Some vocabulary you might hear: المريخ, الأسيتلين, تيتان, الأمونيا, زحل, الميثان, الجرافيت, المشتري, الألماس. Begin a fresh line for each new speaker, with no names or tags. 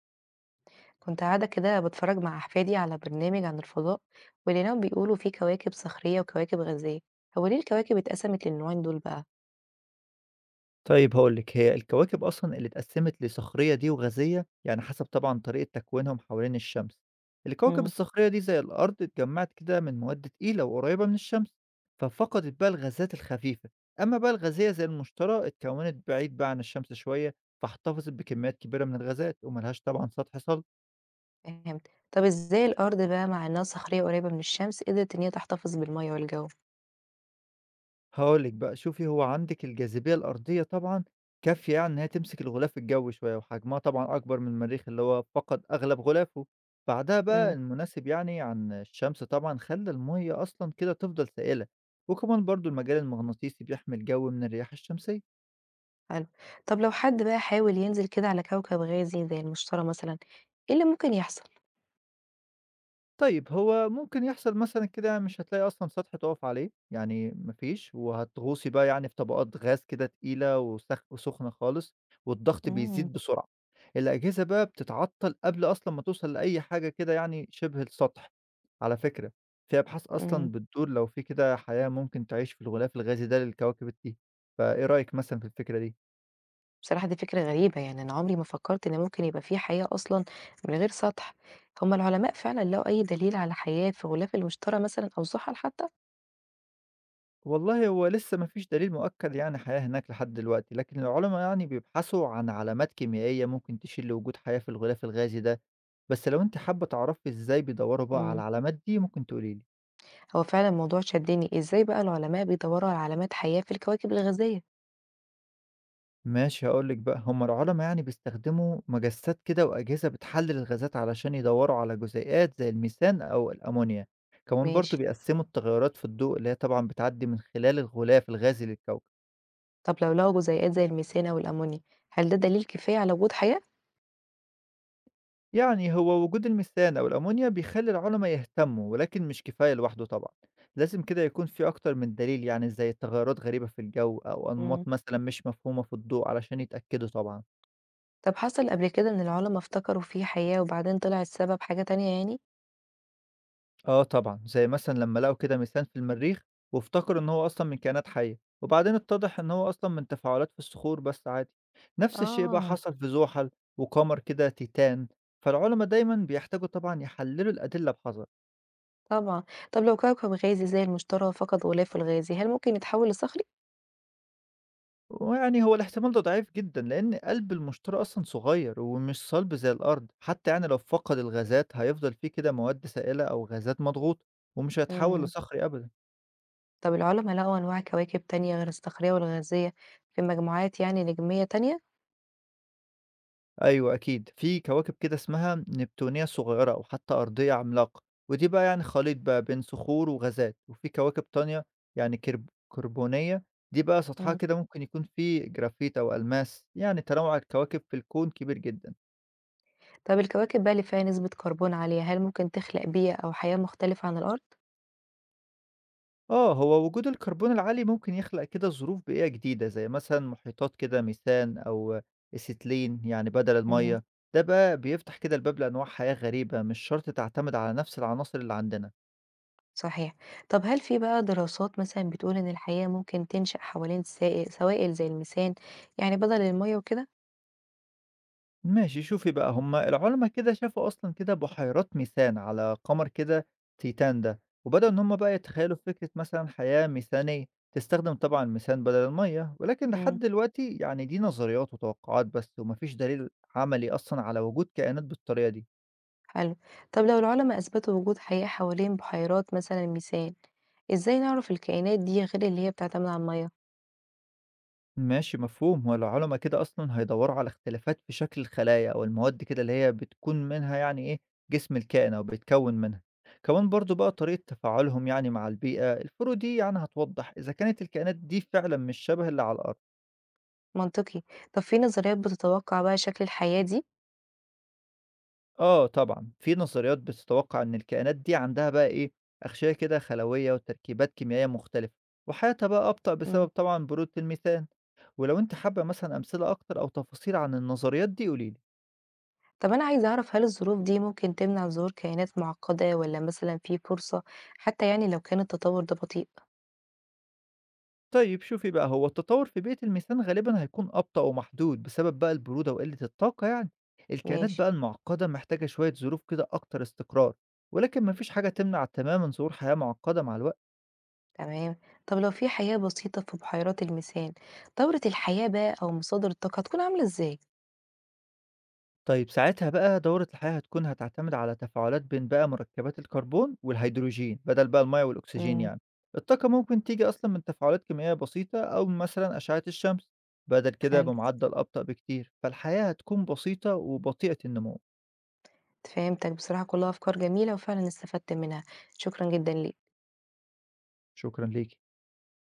كنت قاعدة كده بتفرج مع أحفادي على برنامج عن الفضاء، ولقيناهم بيقولوا فيه كواكب صخرية وكواكب غازية. هو ليه الكواكب اتقسمت للنوعين دول بقى؟
طيب هاقول لِك، هي الكواكب أصلًا اللي اتقسّمت لصخرية دي وغازية، يعني حسب طبعًا طريقة تكوينهم حوالين الشمس. الكواكب
امم
الصخرية دي زي الأرض اتجمّعت كده من مواد تقيلة وقريّبة من الشمس، ففقدت بقى الغازات الخفيفة، أمّا بقى الغازية زي المشتري اتكوّنت بعيد بقى عن الشمس شوية، فاحتفظت بكميات كبيرة من الغازات وما لهاش طبعًا سطح صلب.
فهمت. طب ازاي الأرض بقى مع إنها صخرية قريبة من الشمس قدرت إن هي تحتفظ بالمية والجو؟
هاقول لِك بقى، شوفي هو عندِك الجاذبية الأرضية طبعًا كافية يعني إن هي تمسك الغلاف الجوي شوية، وحجمها طبعًا أكبر من المريخ اللي هو فقد أغلب غلافه، بعدها بقى
امم
المناسب يعني عن الشمس طبعًا خلّى المَيّة أصلًا كده تفضل سائلة، وكمان برضه المجال المغناطيسي بيحمي الجو من الرياح الشمسية.
حلو. طب لو حد بقى حاول ينزل كده على كوكب غازي زي المشتري مثلا، ايه اللي ممكن يحصل؟
طيب هو ممكن يحصل مثلًا كده يعني مش هتلاقي أصلًا سطح تُقف عليه، يعني ما فيش وهتغوصي بقى يعني في طبقات غاز كده تقيلة وسخ وسخنة خالص، والضغط بيزيد بسرعة. الأجهزة بقى بتتعطّل قبل أصلًا ما توصل لأي حاجة كده يعني شِبه السطح. على فكرة، في أبحاث أصلًا
امم
بتدور لو في كده حياة ممكن تعيش في الغلاف الغازي ده للكواكب الت فإيه رأيك مثلًا في الفكرة دي؟
بصراحة دي فكرة غريبة، يعني أنا عمري ما فكّرت إن ممكن يبقى في حياة أصلًا من غير سطح. هم العلماء فعلًا لقوا أي دليل على حياة في غلاف المشتري مثلًا أو زحل حتى؟
والله هو لسه ما فيش دليل مؤكد يعني حياة هناك لحد دلوقتي، لكن العلماء يعني بيبحثوا عن علامات كيميائية ممكن تشير لوجود حياة في الغلاف الغازي ده، بس لو أنت حابة تعرفي إزاي بيدوروا بقى على
إمم،
العلامات دي ممكن تقولي لي.
هو فعلًا الموضوع شدّني، إزاي بقى العلماء بيدوّروا على علامات حياة في الكواكب الغازية؟
ماشي هاقول لك بقى، هم العلماء يعني بيستخدموا مجسات كده وأجهزة بتحلل الغازات علشان يدوروا على جزيئات زي الميثان أو الأمونيا، كمان برضو
ماشي.
بيقسموا التغيرات في الضوء اللي هي طبعا بتعدي من خلال الغلاف الغازي للكوكب.
طب لو لقوا جزيئات زي الميثان أو الأمونيا، هل ده دليل كفاية على وجود حياة؟
يعني هو وجود الميثان أو الأمونيا بيخلي العلماء يهتموا ولكن مش كفاية لوحده طبعا، لازم كده يكون في أكتر من دليل يعني زي تغيرات غريبة في الجو أو
إمم،
أنماط مثلا مش مفهومة في الضوء علشان يتأكدوا طبعا.
طب حصل قبل كده إن العلما افتكروا في حياة وبعدين طلع السبب حاجة تانية يعني؟
آه طبعا زي مثلا لما لقوا كده ميثان في المريخ وافتكروا إن هو أصلا من كائنات حية وبعدين اتضح إن هو أصلا من تفاعلات في الصخور بس عادي. نفس الشيء بقى
آه.
حصل في زحل وقمر كده تيتان، فالعلماء دايما بيحتاجوا طبعا يحللوا الأدلة بحذر.
طبعًا. طب لو كوكب غازي زي المشتري فقد غلافه الغازي، هل ممكن يتحول لصخري؟
ويعني هو الاحتمال ده ضعيف جدًا، لإن قلب المشتري أصلًا صغير ومش صلب زي الأرض، حتى يعني لو فقد الغازات هيفضل فيه كده مواد سائلة أو غازات مضغوطة، ومش هيتحول
إمم.
لصخري أبدًا.
طب العُلَمَا لقوا أنواع كواكب تانية غير الصخرية والغازية في مجموعات يعني نجمية تانية؟
أيوه أكيد، في كواكب كده اسمها نبتونية صغيرة أو حتى أرضية عملاقة، ودي بقى يعني خليط بقى بين صخور وغازات، وفي كواكب تانية يعني كربونية، دي بقى سطحها
إمم.
كده ممكن يكون فيه جرافيت أو ألماس، يعني تنوع الكواكب في الكون كبير جدًا.
طب الكواكب بقى اللي فيها نسبة كربون عالية، هل ممكن تخلق بيئة أو حياة مختلفة عن الأرض؟
آه، هو وجود الكربون العالي ممكن يخلق كده ظروف بيئية جديدة زي مثلا محيطات كده ميثان أو أسيتلين يعني بدل
اهم.
المية. ده بقى بيفتح كده الباب لأنواع حياة غريبة مش شرط تعتمد على نفس العناصر اللي عندنا.
صحيح. طب هل في بقى دراسات مثلًا بتقول إن الحياة ممكن تنشأ حوالين سائل سوائل زي الميثان، يعني بدل المَيَّة وكده؟
ماشي شوفي بقى هما العلماء كده شافوا أصلا كده بحيرات ميثان على قمر كده تيتان ده، وبدأوا إن هما بقى يتخيلوا فكرة مثلا حياة ميثانية تستخدم طبعا الميثان بدل المية، ولكن لحد
إمم.
دلوقتي يعني دي نظريات وتوقعات بس ومفيش دليل عملي أصلا على وجود كائنات بالطريقة دي.
حلو. طب لو العُلَمَا أثبتوا وجود حياة حوالين بحيرات مثلًا الميثان، إزاي نعرف الكائنات دي غير اللي هي بتعتمد على المَيَّة؟
ماشي مفهوم، هو العُلَما كده أصلًا هيدوّروا على اختلافات في شكل الخلايا أو المواد كده اللي هي بتكون منها يعني إيه، جسم الكائن أو بيتكوّن منها. كمان برضه بقى طريقة تفاعلهم يعني مع البيئة، الفروق دي يعني هتوضّح إذا كانت الكائنات دي فعلًا مش شبه اللي على الأرض.
منطقي. طب في نظريات بتتوقع بقى شكل الحياة دي؟
آه طبعًا، في نظريات بتتوقع إن الكائنات دي عندها بقى إيه، أغشية كده خلوية وتركيبات كيميائية مختلفة، وحياتها بقى أبطأ بسبب
إمم.
طبعًا برودة الميثان. ولو أنتِ حابة مثلًا أمثلة أكتر أو تفاصيل عن النظريات دي قولي لي.
طب أنا عايزة أعرف هل الظروف دي ممكن تمنع ظهور كائنات معقدة والّا مثلًا في فرصة حتى يعني لو كان التطور ده بطيء؟
طيب شوفي بقى هو التطور في بيئة الميثان غالبا هيكون أبطأ ومحدود بسبب بقى البرودة وقلة الطاقة يعني الكائنات
ماشي.
بقى المعقدة محتاجة شوية ظروف كده أكتر استقرار، ولكن مفيش حاجة تمنع تماما ظهور حياة معقدة مع الوقت.
تمام. طب لو في حياة بسيطة في بحيرات الميثان، دورة الحياة بقى أو مصادر الطاقة هتكون عاملة إزاي؟
طيب ساعتها بقى دورة الحياة هتكون هتعتمد على تفاعلات بين بقى مركبات الكربون والهيدروجين بدل بقى المية والأكسجين
إمم،
يعني الطاقة ممكن تيجي أصلا من تفاعلات كيميائية بسيطة أو مثلا أشعة الشمس بدل كده
حلو.
بمعدل أبطأ بكتير، فالحياة هتكون بسيطة وبطيئة النمو.
فهمتك، بصراحة كلها أفكار جميلة وفعلًا استفدت منها. شكرًا جدًا ليك.
شكرا ليك.